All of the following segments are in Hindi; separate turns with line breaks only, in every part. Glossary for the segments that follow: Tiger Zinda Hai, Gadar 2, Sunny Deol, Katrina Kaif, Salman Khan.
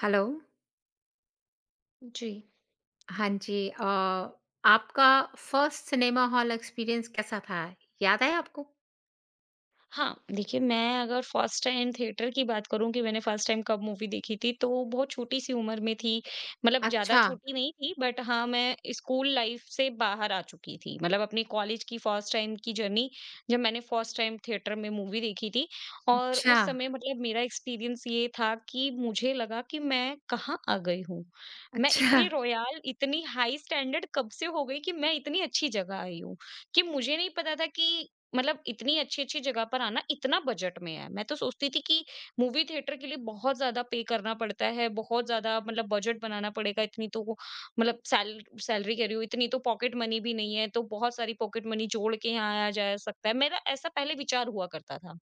हेलो।
जी।
हाँ जी आपका फर्स्ट सिनेमा हॉल एक्सपीरियंस कैसा था? याद है आपको?
हाँ, देखिए मैं अगर फर्स्ट टाइम थिएटर की बात करूँ कि मैंने फर्स्ट टाइम कब मूवी देखी थी, तो बहुत छोटी-सी उम्र में थी। मतलब ज़्यादा
अच्छा।
छोटी नहीं थी, बट हाँ, मैं स्कूल लाइफ़ से बाहर आ चुकी थी। मतलब अपने कॉलेज की फर्स्ट टाइम की जर्नी, जब मैंने फर्स्ट टाइम थिएटर में मूवी देखी थी, और
अच्छा।
उस समय मतलब मेरा एक्सपीरियंस ये था कि मुझे लगा कि मैं कहाँ आ गई हूँ? मैं
अच्छा।
इतनी रॉयल, इतनी हाई स्टैंडर्ड कब से हो गई कि मैं इतनी अच्छी जगह आई हूँ, कि मुझे नहीं पता था कि मतलब इतनी अच्छी-अच्छी जगह पर आना इतना बजट में है। मैं तो सोचती थी कि मूवी थिएटर के लिए बहुत ज़्यादा पे करना पड़ता है, बहुत ज़्यादा मतलब बजट बनाना पड़ेगा, इतनी तो मतलब सैलरी कह रही हूँ, इतनी तो पॉकेट मनी भी नहीं है, तो बहुत सारी पॉकेट मनी जोड़ के यहाँ आया जा सकता है। मेरा ऐसा पहले विचार हुआ करता था,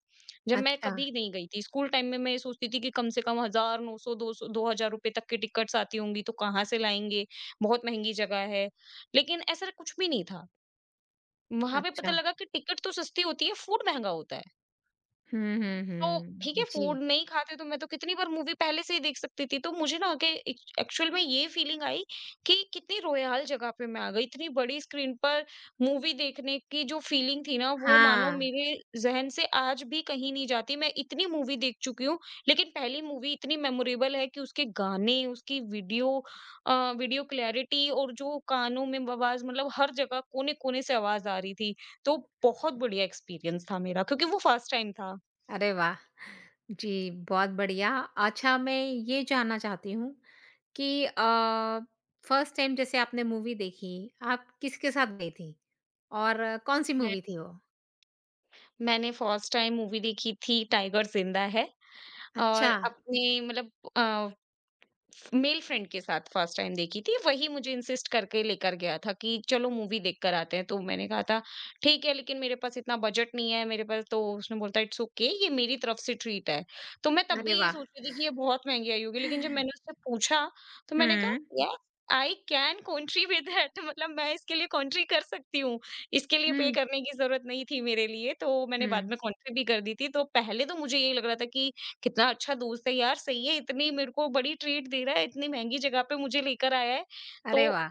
जब मैं
अच्छा।
कभी नहीं गई थी। स्कूल टाइम में मैं ये सोचती थी कि कम से कम 1000, 900, 200, ₹2000 रुपए तक की टिकट्स आती होंगी, तो कहाँ से लाएँगे? बहुत महँगी जगह है। लेकिन ऐसा कुछ भी नहीं था। वहां पे
अच्छा।
पता लगा कि टिकट तो सस्ती होती है, फूड महंगा होता है।
हुँ, हुँ,
तो ठीक है,
हुँ। जी।
फूड नहीं खाते तो मैं तो कितनी बार मूवी पहले से ही देख सकती थी। तो मुझे ना कि एक्चुअल में ये फीलिंग आई कि कितनी रोयाल जगह पे मैं आ गई। इतनी बड़ी स्क्रीन पर मूवी देखने की जो फीलिंग थी ना, वो मानो
हाँ।
मेरे ज़हन से आज भी कहीं नहीं जाती। मैं इतनी मूवी देख चुकी हूँ, लेकिन पहली मूवी इतनी मेमोरेबल है कि उसके गाने, उसकी अ, वीडियो क्लैरिटी, और जो कानों में आवाज़, मतलब हर जगह कोने-कोने से आवाज़ आ रही थी। तो बहुत बढ़िया एक्सपीरियंस था मेरा, क्योंकि वो फर्स्ट टाइम था।
अरे वाह! जी, बहुत बढ़िया। अच्छा, मैं ये जानना चाहती हूँ कि फर्स्ट टाइम जैसे आपने मूवी देखी, आप किसके साथ गई थी? और कौन-सी मूवी थी वो?
मैंने फर्स्ट टाइम मूवी देखी थी टाइगर जिंदा है,
अच्छा।
और अपने मतलब अ, मेल फ्रेंड के साथ फर्स्ट टाइम देखी थी। वही मुझे इंसिस्ट करके लेकर गया था कि चलो मूवी देखकर आते हैं, तो मैंने कहा था ठीक है, लेकिन मेरे पास इतना बजट नहीं है, मेरे पास तो, उसने बोलता इट्स ओके, ये मेरी तरफ से ट्रीट है। तो मैं तब
अरे
भी यही
वाह!
सोच रही थी कि ये बहुत महँगी आई होगी, लेकिन जब मैंने उससे पूछा, तो मैंने कहा
hmm,
yes I can country with that. मतलब मैं इसके लिए कंट्री कर सकती हूँ, इसके लिए पे
हुँ,
करने की ज़रूरत नहीं थी मेरे लिए, तो मैंने बाद
हुँ।
में कंट्री भी कर दी थी। तो पहले तो मुझे यही लग रहा था कि कितना अच्छा दोस्त है यार, सही है, इतनी मेरे को बड़ी ट्रीट दे रहा है, इतनी महँगी जगह पे मुझे लेकर आया है। तो
अरे वाह!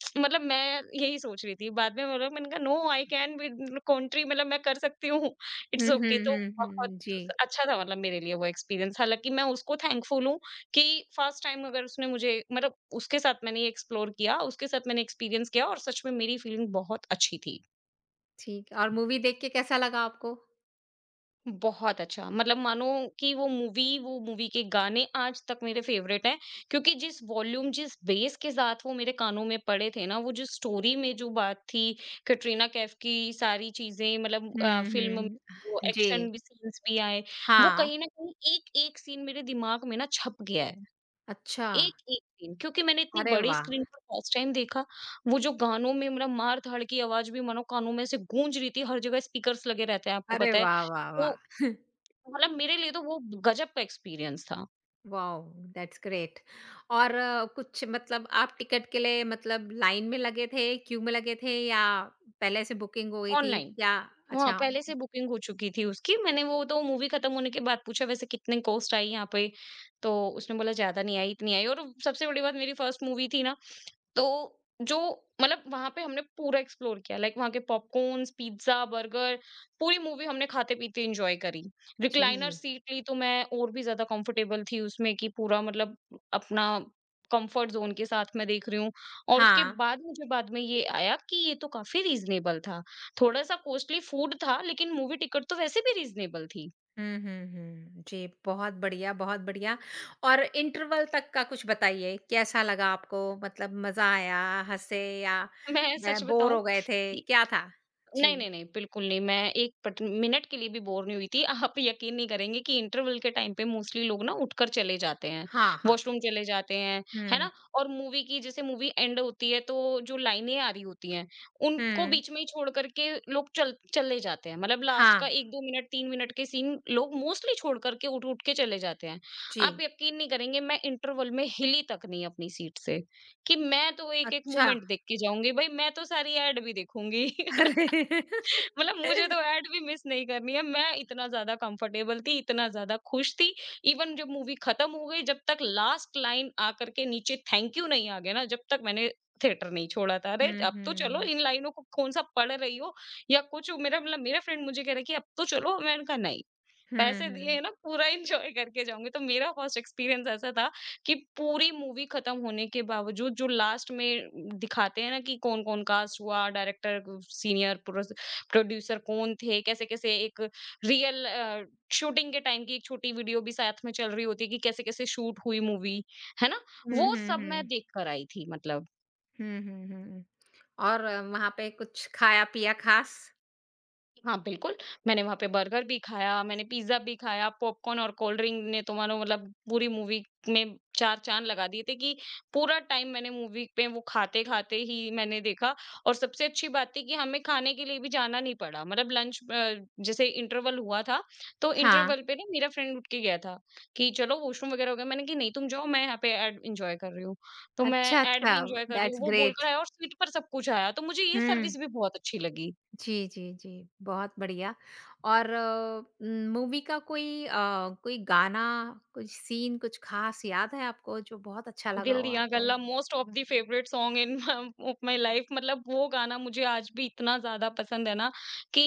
मतलब मैं यही सोच रही थी। बाद में मतलब मैंने कहा no I can with country, मतलब मैं कर सकती हूँ, इट्स
हुँ, हुँ,
ओके। तो
हुँ,
बहुत
हुँ। जी,
अच्छा था मतलब मेरे लिए वो एक्सपीरियंस। हालाँकि मैं उसको थैंकफुल हूँ कि फर्स्ट टाइम अगर उसने मुझे मतलब, उसके साथ मैंने ये एक्सप्लोर किया, उसके साथ मैंने एक्सपीरियंस किया, और सच में मेरी फीलिंग बहुत अच्छी थी।
ठीक है। और मूवी देख के कैसा लगा आपको?
बहुत अच्छा, मतलब मानो कि वो मूवी के गाने आज तक मेरे फेवरेट हैं, क्योंकि जिस वॉल्यूम, जिस बेस के साथ वो मेरे कानों में पड़े थे ना, वो जो स्टोरी में जो बात थी, कैटरीना कैफ की सारी चीजें, मतलब
हुँ,
फिल्म में वो
हुँ। जी।
एक्शन भी, सीन्स भी आए, वो
हाँ।
कहीं ना कहीं एक एक सीन मेरे दिमाग में ना छप गया है,
अच्छा।
एक एक सीन, क्योंकि मैंने इतनी
अरे
बड़ी
वाह!
स्क्रीन पर फर्स्ट टाइम देखा। वो जो गानों में, मेरा मार धाड़ की आवाज भी मानो कानों में से गूंज रही थी, हर जगह स्पीकर्स लगे रहते हैं, आपको
अरे
पता है।
वाह, वाह,
तो
वाह!
मतलब मेरे लिए तो वो गजब का एक्सपीरियंस था।
वॉव! That's great. और कुछ मतलब आप टिकट के लिए मतलब लाइन में लगे थे, क्यू में लगे थे या पहले से बुकिंग हो गई थी?
ऑनलाइन।
क्या,
हाँ,
अच्छा,
पहले से बुकिंग हो चुकी थी उसकी। मैंने वो तो मूवी खत्म होने के बाद पूछा, वैसे कितने कॉस्ट आई यहाँ पे? तो उसने बोला ज़्यादा नहीं आई, इतनी आई, और सबसे बड़ी बात, मेरी फर्स्ट मूवी थी ना, तो जो मतलब वहाँ पे हमने पूरा एक्सप्लोर किया, लाइक वहाँ के पॉपकॉर्न्स, पिज़्ज़ा, बर्गर, पूरी मूवी हमने खाते-पीते एन्जॉय करी।
जी,
रिक्लाइनर
जी।
सीट ली, तो मैं और भी ज़्यादा कंफर्टेबल थी उसमें, कि पूरा मतलब अपना कंफर्ट ज़ोन के साथ मैं देख रही हूँ, और उसके
हाँ।
बाद मुझे बाद में ये आया कि ये तो काफ़ी रीज़नेबल था। थोड़ा-सा कॉस्टली फूड था, लेकिन मूवी टिकट तो वैसे भी रीज़नेबल थी।
हुँ, हुँ, हुँ। जी, बहुत बढ़िया, बहुत बढ़िया। और इंटरवल तक का कुछ बताइए, कैसा लगा आपको? मतलब मज़ा आया, हँसे या
मैं सच
बोर
बताऊँ
हो गए थे,
कि
क्या था?
नहीं,
जी।
नहीं, नहीं, बिल्कुल नहीं। मैं 1 पट मिनट के लिए भी बोर नहीं हुई थी। आप यकीन नहीं करेंगे कि इंटरवल के टाइम पे मोस्टली लोग ना उठकर चले जाते हैं,
हाँ, हाँ।
वॉशरूम चले जाते हैं, है
हुँ,
ना? और मूवी की, जैसे मूवी एंड होती है तो जो लाइनें आ रही होती हैं, उनको
हुँ।
बीच में ही छोड़ कर के लोग चल चले जाते हैं। मतलब लास्ट
हाँ,
का 1-2 मिनट, 3 मिनट के सीन लोग मोस्टली छोड़ कर के उठ-उठ के चले जाते हैं।
जी।
आप यकीन नहीं करेंगे, मैं इंटरवल में हिली तक नहीं अपनी सीट से, कि मैं तो एक-एक
अच्छा।
मोमेंट देख के जाऊँगी। भई मैं तो सारी एड भी देखूँगी।
अरे!
मतलब मुझे तो ऐड भी मिस नहीं करनी है। मैं इतना ज़्यादा कंफर्टेबल थी, इतना ज़्यादा खुश थी। इवन जब मूवी खत्म हो गई, जब तक लास्ट लाइन आकर के नीचे थैंक यू नहीं आ गया ना, जब तक मैंने थिएटर नहीं छोड़ा था। अरे!
हुँ,
अब तो चलो,
हुँ।
इन लाइनों को कौन-सा पढ़ रही हो या कुछ हो, मेरा मतलब, मेरा फ्रेंड मुझे कह रहा है कि अब तो चलो, मैंने कहा नहीं।
हुँ,
पैसे दिए हैं
हुँ।
ना, पूरा एन्जॉय करके जाऊँगी। तो मेरा फर्स्ट एक्सपीरियंस ऐसा था कि पूरी मूवी खत्म होने के बावजूद, जो लास्ट में दिखाते हैं ना, कि कौन-कौन कास्ट हुआ, डायरेक्टर, सीनियर प्रोस प्रोड्यूसर कौन थे, कैसे-कैसे एक रियल शूटिंग के टाइम की एक छोटी वीडियो भी साथ में चल रही होती है, कि कैसे-कैसे शूट हुई मूवी, है ना?
हुँ,
वो
हुँ,
सब मैं
हुँ।
देख कर आई थी मतलब।
हुँ, हुँ, हुँ। और वहाँ पे कुछ खाया-पिया ख़ास?
हाँ, बिल्कुल, मैंने वहाँ पे बर्गर भी खाया, मैंने पिज़्ज़ा भी खाया, पॉपकॉर्न और कोल्ड ड्रिंक ने तो मानो मतलब पूरी मूवी में 4 चाँद लगा दिए थे, कि पूरा टाइम मैंने मूवी पे वो खाते-खाते ही मैंने देखा, और सबसे अच्छी बात थी कि हमें खाने के लिए भी जाना नहीं पड़ा। मतलब लंच, जैसे इंटरवल हुआ था, तो
हाँ।
इंटरवल पे ना मेरा फ्रेंड उठ के गया था कि चलो वॉशरूम वगैरह हो गया। मैंने कहा, "नहीं, तुम जाओ, मैं यहाँ पे ऐड एन्जॉय कर रही हूँ।" तो मैं
अच्छा,
ऐड
अच्छा।
भी एन्जॉय कर रही
दैट्स
हूँ, वो
ग्रेट।
बोलकर आया और सीट पर सब कुछ आया, तो मुझे ये
हुँ।
सर्विस भी बहुत अच्छी लगी।
जी, जी, जी, बहुत बढ़िया। और मूवी का कोई कोई गाना, कुछ सीन, कुछ ख़ास याद है आपको जो बहुत अच्छा लगा
दिल
हो
दिया
आपको?
गल्ला most of the favourite song in of my life, मतलब वो गाना मुझे आज भी इतना ज़्यादा पसंद है ना, कि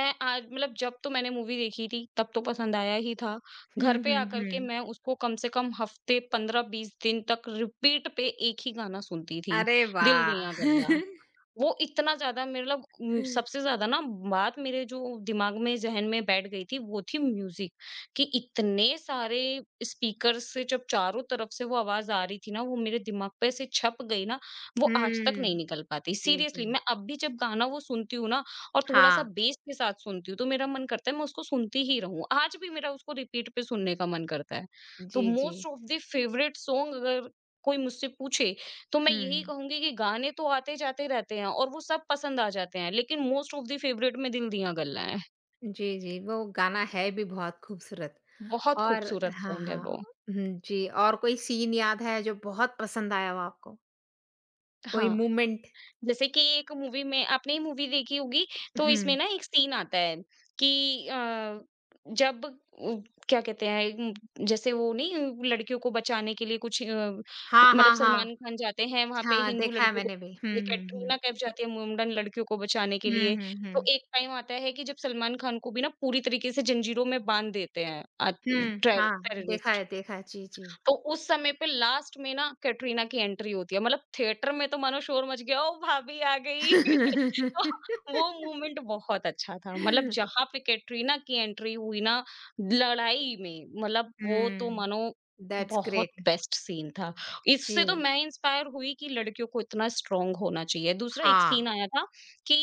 मैं आज मतलब, जब तो मैंने मूवी देखी थी तब तो पसंद आया ही था।
हुँ,
घर पे
हुँ,
आकर के
हुँ।
मैं उसको कम से कम हफ़्ते 15-20 दिन तक रिपीट पे एक ही गाना सुनती थी,
अरे
दिल
वाह!
दिया गल्ला। वो इतना ज़्यादा मतलब, सबसे ज़्यादा ना बात मेरे जो दिमाग में, ज़हन में बैठ गई थी, वो थी म्यूज़िक, कि इतने सारे स्पीकर्स से जब चारों तरफ से वो आवाज़ आ रही थी ना, वो मेरे दिमाग पे ऐसे छप गई ना, वो आज तक
हुँ,
नहीं निकल पाती।
जी,
सीरियसली,
जी।
मैं अब भी जब गाना वो सुनती हूँ ना, और थोड़ा-सा
हाँ,
बेस के साथ सुनती हूँ, तो मेरा मन करता है मैं उसको सुनती ही रहूँ। आज भी मेरा उसको रिपीट पे सुनने का मन करता है। तो
जी, जी।
Most of the favourite song अगर कोई मुझसे पूछे, तो मैं यही
हुँ,
कहूँगी कि गाने तो आते-जाते रहते हैं और वो सब पसंद आ जाते हैं, लेकिन मोस्ट ऑफ द फेवरेट में दिल दिया गल्ला है।
जी, जी, वो गाना है भी बहुत खूबसूरत।
बहुत
और
खूबसूरत
हाँ,
सॉन्ग है
हाँ।
वो।
हुँ, जी। और कोई सीन याद है जो बहुत पसंद आया हो आपको? कोई
हाँ।
मोमेंट?
जैसे कि, एक मूवी में, आपने ये मूवी देखी होगी, तो इसमें
हुँ।
ना एक सीन आता है कि अ, जब उ, क्या कहते हैं जैसे वो नहीं लड़कियों को बचाने के लिए कुछ
हाँ,
मतलब,
हाँ, हाँ।
सलमान खान जाते हैं वहाँ पे
हाँ,
हिंदू
देखा है
लड़कियों को,
मैंने भी। हुँ,
ये
हुँ, हुँ।
कैटरीना कैफ जाती है मुंडन लड़कियों को बचाने के
हुँ,
लिए।
हुँ, हुँ।
तो एक टाइम आता है कि जब सलमान खान को भी ना पूरी तरीके से जंजीरों में बांध देते हैं
हुँ, हाँ, देखा
टेररिस्ट।
है, देखा है। जी, जी।
तो उस समय पे लास्ट में ना कैटरीना की एंट्री होती है, मतलब थिएटर में तो मानो शोर मच गया, "ओह! भाभी आ गई।" तो वो मोमेंट बहुत अच्छा था, मतलब जहाँ पे कैटरीना की एंट्री हुई ना लड़ाई में, मतलब वो तो
हुँ,
मानो
दैट्स
बहुत
ग्रेट।
बेस्ट सीन था। इससे तो
जी,
मैं इंस्पायर हुई कि लड़कियों को इतना स्ट्रॉन्ग होना चाहिए। दूसरा एक
हाँ।
सीन आया था कि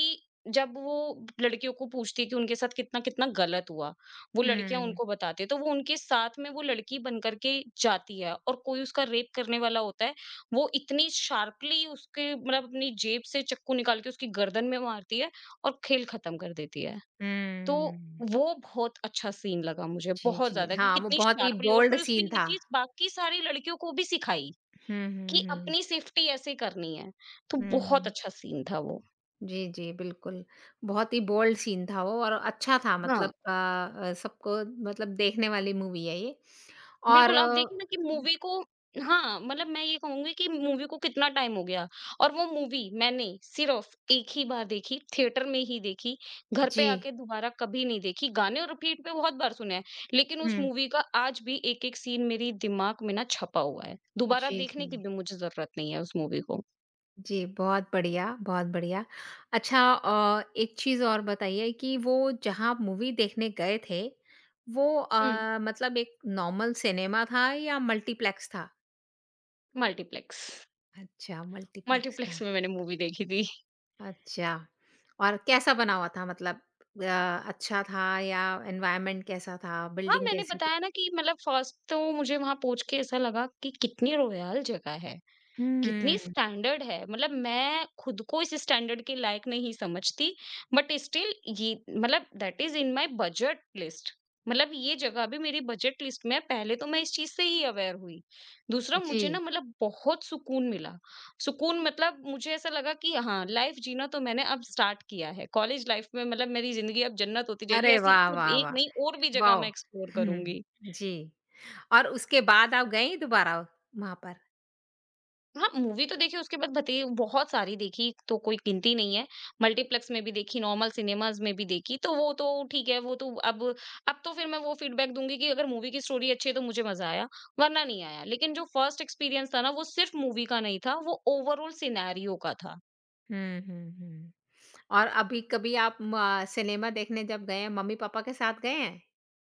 जब वो लड़कियों को पूछती है कि उनके साथ कितना-कितना गलत हुआ, वो लड़कियां
हुँ,
उनको बताती है, तो वो उनके साथ में वो लड़की बन करके जाती है और कोई उसका रेप करने वाला होता है, वो इतनी शार्पली उसके मतलब अपनी जेब से चाकू निकाल के उसकी गर्दन में मारती है और खेल खत्म कर देती है। तो
हुँ।
वो बहुत अच्छा सीन लगा मुझे,
जी,
बहुत
जी।
ज़्यादा कि
हाँ, वो
कितनी
बहुत ही
शार्पली और
बोल्ड
फिर उसने
सीन
ये
था।
चीज़ बाकी सारी लड़कियों को भी सिखाई
हुँ, हुँ,
कि
हुँ।
अपनी सेफ्टी ऐसे करनी है। तो
हुँ,
बहुत
हुँ।
अच्छा सीन था वो।
जी, जी, बिल्कुल। बहुत ही बोल्ड सीन था वो और अच्छा था
हाँ।
मतलब अ अ, सबको मतलब देखने वाली मूवी है ये। और
बिल्कुल, आप
आ,
देखिए ना कि मूवी को। हाँ, मतलब मैं ये कहूँगी कि मूवी को कितना टाइम हो गया और वो मूवी मैंने सिर्फ़ एक ही बार देखी, थिएटर में ही देखी, घर
जी।
पे आके दोबारा कभी नहीं देखी, गाने और रिपीट पे बहुत बार सुने हैं, लेकिन उस
हुँ,
मूवी का आज भी एक-एक सीन मेरे दिमाग में ना छपा हुआ है, दोबारा
जी,
देखने की
जी।
भी मुझे ज़रूरत नहीं है उस मूवी को।
जी, बहुत बढ़िया, बहुत बढ़िया। अच्छा, एक चीज़ और बताइए कि वो जहाँ आप मूवी देखने गए थे, वो
हुँ।
मतलब एक नॉर्मल सिनेमा था या मल्टीप्लेक्स था?
मल्टीप्लेक्स।
अच्छा, मल्टीप्लेक्स था।
मल्टीप्लेक्स में मैंने मूवी देखी थी।
अच्छा। और कैसा बना हुआ था मतलब अ, अच्छा था या एनवायरनमेंट कैसा था,
हाँ,
बिल्डिंग
मैंने
कैसी थी?
बताया ना कि मतलब फर्स्ट तो मुझे वहाँ पहुँच के ऐसा लगा कि कितनी रॉयल जगह है। कितनी
हुँ,
स्टैंडर्ड है मतलब मैं खुद को इस स्टैंडर्ड के लायक नहीं समझती, बट स्टिल ये मतलब that is in my budget list. मतलब ये जगह भी मेरी बजट लिस्ट में है, पहले तो मैं इस चीज से ही अवेयर हुई। दूसरा
जी।
मुझे ना मतलब बहुत सुकून मिला। सुकून मतलब मुझे ऐसा लगा कि हाँ, लाइफ जीना तो मैंने अब स्टार्ट किया है, कॉलेज लाइफ में मतलब मेरी जिंदगी अब जन्नत होती जाएगी,
अरे
ऐसी
वाह,
सिर्फ
वाह,
एक
वाह!
नहीं और भी जगह
वॉव!
मैं एक्सप्लोर
हुँ,
करूंगी।
जी। और उसके बाद आप गईं दोबारा वहाँ पर?
हाँ, मूवी तो देखिए उसके बाद भते बहुत सारी देखी, तो कोई गिनती नहीं है। मल्टीप्लेक्स में भी देखी, नॉर्मल सिनेमाज़ में भी देखी, तो वो तो ठीक है, वो तो अब तो फिर मैं वो फीडबैक दूँगी कि अगर मूवी की स्टोरी अच्छी है, तो मुझे मज़ा आया, वरना नहीं आया। लेकिन जो फर्स्ट एक्सपीरियंस था ना, वो सिर्फ़ मूवी का नहीं था, वो ओवरॉल सिनेरियो का था।
हुँ, हुँ, हुँ। और अभी कभी आप म सिनेमा देखने जब गए हैं, मम्मी-पापा के साथ गए हैं?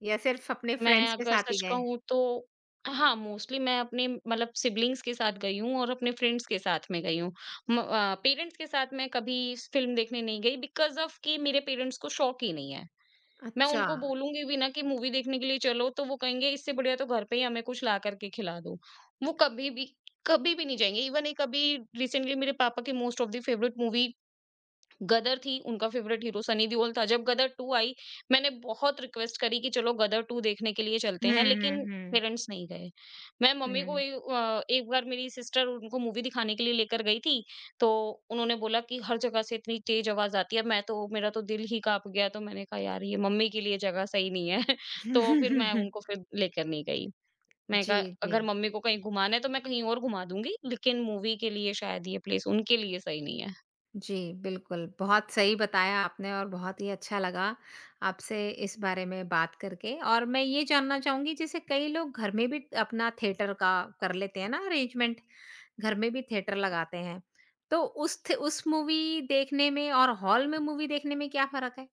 या सिर्फ़ अपने
मैं
फ्रेंड्स के
अगर
साथ ही
सच
गए हैं?
कहूँ तो हाँ, मोस्टली मैं अपने मतलब सिबलिंग्स के साथ गई हूँ और अपने फ्रेंड्स के साथ में गई हूँ। पेरेंट्स के साथ मैं कभी स फ़िल्म देखने नहीं गई बिकॉज़ ऑफ़ कि मेरे पेरेंट्स को शौक ही नहीं है। मैं
अच्छा।
उनको बोलूँगी भी ना कि मूवी देखने के लिए चलो, तो वो कहेंगे इससे बढ़िया तो घर पे ही हमें कुछ ला करके खिला दो। वो कभी भी, कभी भी नहीं जाएँगे। इवन एक अभी रिसेंटली मेरे पापा की most of the favourite movie Gadar थी, उनका फेवरेट हीरो सनी देओल था। जब गदर 2 आई, मैंने बहुत रिक्वेस्ट करी कि चलो गदर 2 देखने के लिए चलते
हुँ,
हैं,
हुँ,
लेकिन
हुँ,
पेरेंट्स नहीं गए। मैं मम्मी को
हुँ।
एक बार मेरी सिस्टर उनको मूवी दिखाने के लिए लेकर गई थी। तो उन्होंने बोला कि हर जगह से इतनी तेज आवाज आती है, मैं तो मेरा तो दिल ही कांप गया, तो मैंने कहा यार ये मम्मी के लिए जगह सही नहीं है। तो फिर मैं उनको फिर लेकर नहीं गई। मैं
जी,
कहा
जी।
अगर मम्मी को कहीं घुमाना है तो मैं कहीं और घुमा दूंगी, लेकिन मूवी के लिए शायद ये प्लेस उनके लिए सही नहीं है।
जी, बिल्कुल, बहुत सही बताया आपने और बहुत ही अच्छा लगा आपसे इस बारे में बात करके। और मैं ये जानना चाहूँगी, जैसे कई लोग घर में भी अपना थिएटर का कर लेते हैं ना अरेंजमेंट, घर में भी थिएटर लगाते हैं। तो उस थ उस मूवी देखने में और हॉल में मूवी देखने में क्या फ़र्क है?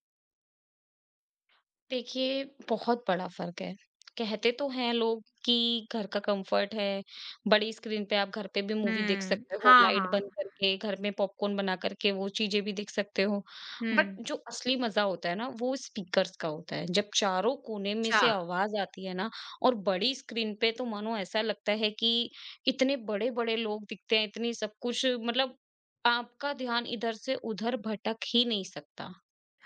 देखिए, बहुत बड़ा फ़र्क है। कहते तो हैं लोग कि घर का कंफर्ट है, बड़ी स्क्रीन पे आप घर पे भी मूवी देख
हुँ।
सकते हो,
हाँ,
लाइट
हाँ।
बंद करके, घर में पॉपकॉर्न बना करके वो चीज़ें भी देख सकते हो। But
hmm.
जो असली मज़ा होता है ना, वो स्पीकर्स का होता है। जब चारों कोने में
अच्छा।
से आवाज़ आती है ना, और बड़ी स्क्रीन पे तो मानो ऐसा लगता है कि इतने बड़े-बड़े लोग दिखते हैं, इतनी सब कुछ मतलब आपका ध्यान इधर से उधर भटक ही नहीं सकता।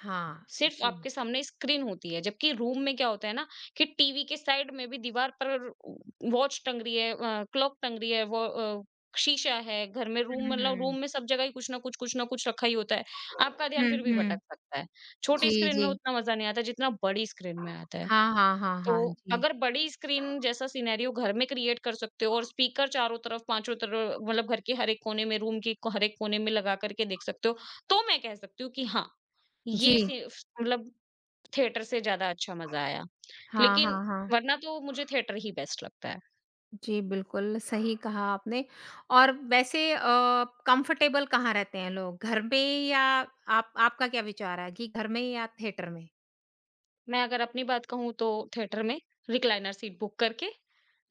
हाँ।
सिर्फ
जी।
आपके सामने स्क्रीन होती है, जबकि रूम में क्या होता है ना कि टीवी के साइड में भी दीवार पर वॉच टंग रही है, क्लॉक टंग रही है, शीशा है घर में, रूम
हुँ,
मतलब रूम
हुँ।
में सब जगह ही कुछ ना कुछ, कुछ ना कुछ रखा ही होता है, आपका ध्यान
हुँ,
फिर भी भटक
हुँ।
सकता है। छोटी
जी,
स्क्रीन
जी।
में उतना मजा नहीं आता जितना बड़ी स्क्रीन में आता है।
हाँ, हाँ, हाँ,
तो
हाँ। जी।
अगर बड़ी स्क्रीन जैसा सिनेरियो घर में क्रिएट कर सकते हो और स्पीकर चारों तरफ पांचों तरफ मतलब घर के हर एक कोने में, रूम के हर एक कोने में लगा करके देख सकते हो, तो मैं कह सकती हूँ कि हाँ,
जी।
ये सिर्फ मतलब थिएटर से ज़्यादा अच्छा मज़ा आया।
हाँ,
लेकिन
हाँ, हाँ।
वरना तो मुझे थिएटर ही बेस्ट लगता है।
जी, बिल्कुल सही कहा आपने। और वैसे कंफर्टेबल कहाँ रहते हैं लोग? घर में या आप, आपका क्या विचार है कि घर में या थिएटर में?
मैं अगर अपनी बात कहूँ तो थिएटर में रिक्लाइनर सीट बुक करके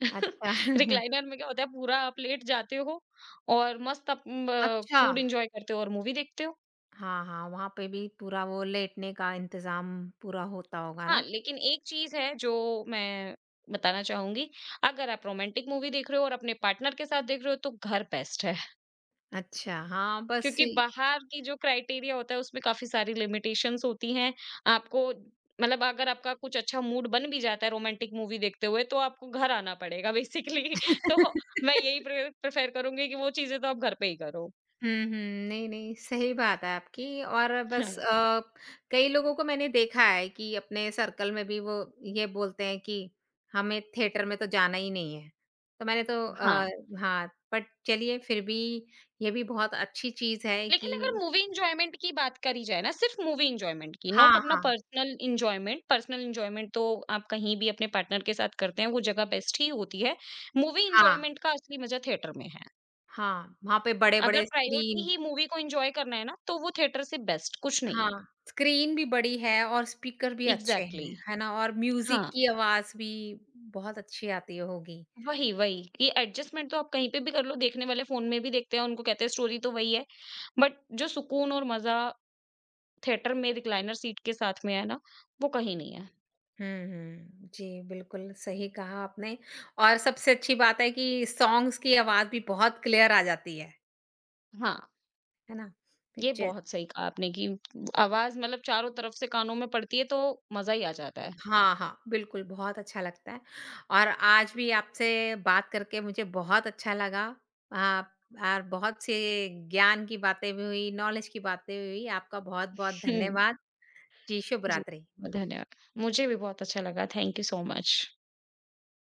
अच्छा।
रिक्लाइनर में क्या होता है, पूरा आप लेट जाते हो और मस्त आप
अच्छा।
फूड एन्जॉय करते हो और मूवी देखते हो।
हाँ, हाँ, वहाँ पे भी पूरा वो लेटने का इंतज़ाम पूरा होता होगा
हाँ,
ना?
लेकिन एक चीज़ है जो मैं बताना चाहूँगी, अगर आप रोमांटिक मूवी देख रहे हो और अपने पार्टनर के साथ देख रहे हो तो घर बेस्ट है।
अच्छा, हाँ, बस
क्योंकि बाहर की जो क्राइटेरिया होता है उसमें काफ़ी सारी लिमिटेशंस होती हैं। आपको मतलब अगर आपका कुछ अच्छा मूड बन भी जाता है रोमांटिक मूवी देखते हुए तो आपको घर आना पड़ेगा बेसिकली। तो मैं यही प्रेफ़र करूँगी कि वो चीज़ें तो आप घर पे ही करो।
हुँ, हुँ। नहीं, नहीं, सही बात है आपकी। और
हाँ,
बस कई लोगों को मैंने देखा है कि अपने सर्कल में भी वो ये बोलते हैं कि हमें थिएटर में तो जाना ही नहीं है। तो मैंने तो
हाँ।
हाँ, बट चलिए फिर भी ये भी बहुत अच्छी चीज़ है
लेकिन
कि
अगर मूवी एन्जॉयमेंट की बात करी जाए ना, सिर्फ़ मूवी एन्जॉयमेंट की, नॉट
हाँ,
अपना
हाँ,
पर्सनल एन्जॉयमेंट तो आप कहीं भी अपने पार्टनर के साथ करते हैं, वो जगह बेस्ट ही होती है। मूवी
हाँ,
एन्जॉयमेंट का असली मज़ा थिएटर में है।
हाँ, वहाँ पे
अगर
बड़े-बड़े
प्रायोरिटी
स्क्रीन।
ही मूवी को एन्जॉय करना है ना, तो वो थिएटर से बेस्ट कुछ नहीं
हाँ,
है।
स्क्रीन भी बड़ी है और स्पीकर भी अच्छे
एग्ज़ैक्टली।
हैं, है ना? और म्यूज़िक
हाँ,
की आवाज़ भी बहुत अच्छी आती होगी।
वही, वही। ये एडजस्टमेंट तो आप कहीं पे भी कर लो, देखने वाले फ़ोन में भी देखते हैं, उनको कहते हैं स्टोरी तो वही है, बट जो सुकून और मज़ा थिएटर में रिक्लाइनर सीट के साथ में है ना, वो कहीं नहीं है।
हुँ, हुँ। जी, बिल्कुल सही कहा आपने। और सबसे अच्छी बात है कि सॉन्ग्स की आवाज़ भी बहुत क्लियर आ जाती
हाँ,
है ना?
ये
पिक्चर्स,
बहुत सही कहा आपने कि आवाज़ मतलब चारों तरफ से कानों में पड़ती है, तो मज़ा ही आ जाता है।
हाँ, हाँ, बिल्कुल बहुत अच्छा लगता है। और आज भी आपसे बात करके मुझे बहुत अच्छा लगा। आप और बहुत से ज्ञान की बातें भी हुई, नॉलेज की बातें भी हुई। आपका बहुत-बहुत
हुँ,
धन्यवाद। जी, शुभ
जी,
रात्रि।
धन्यवाद। मुझे भी बहुत अच्छा लगा, थैंक यू सो मच।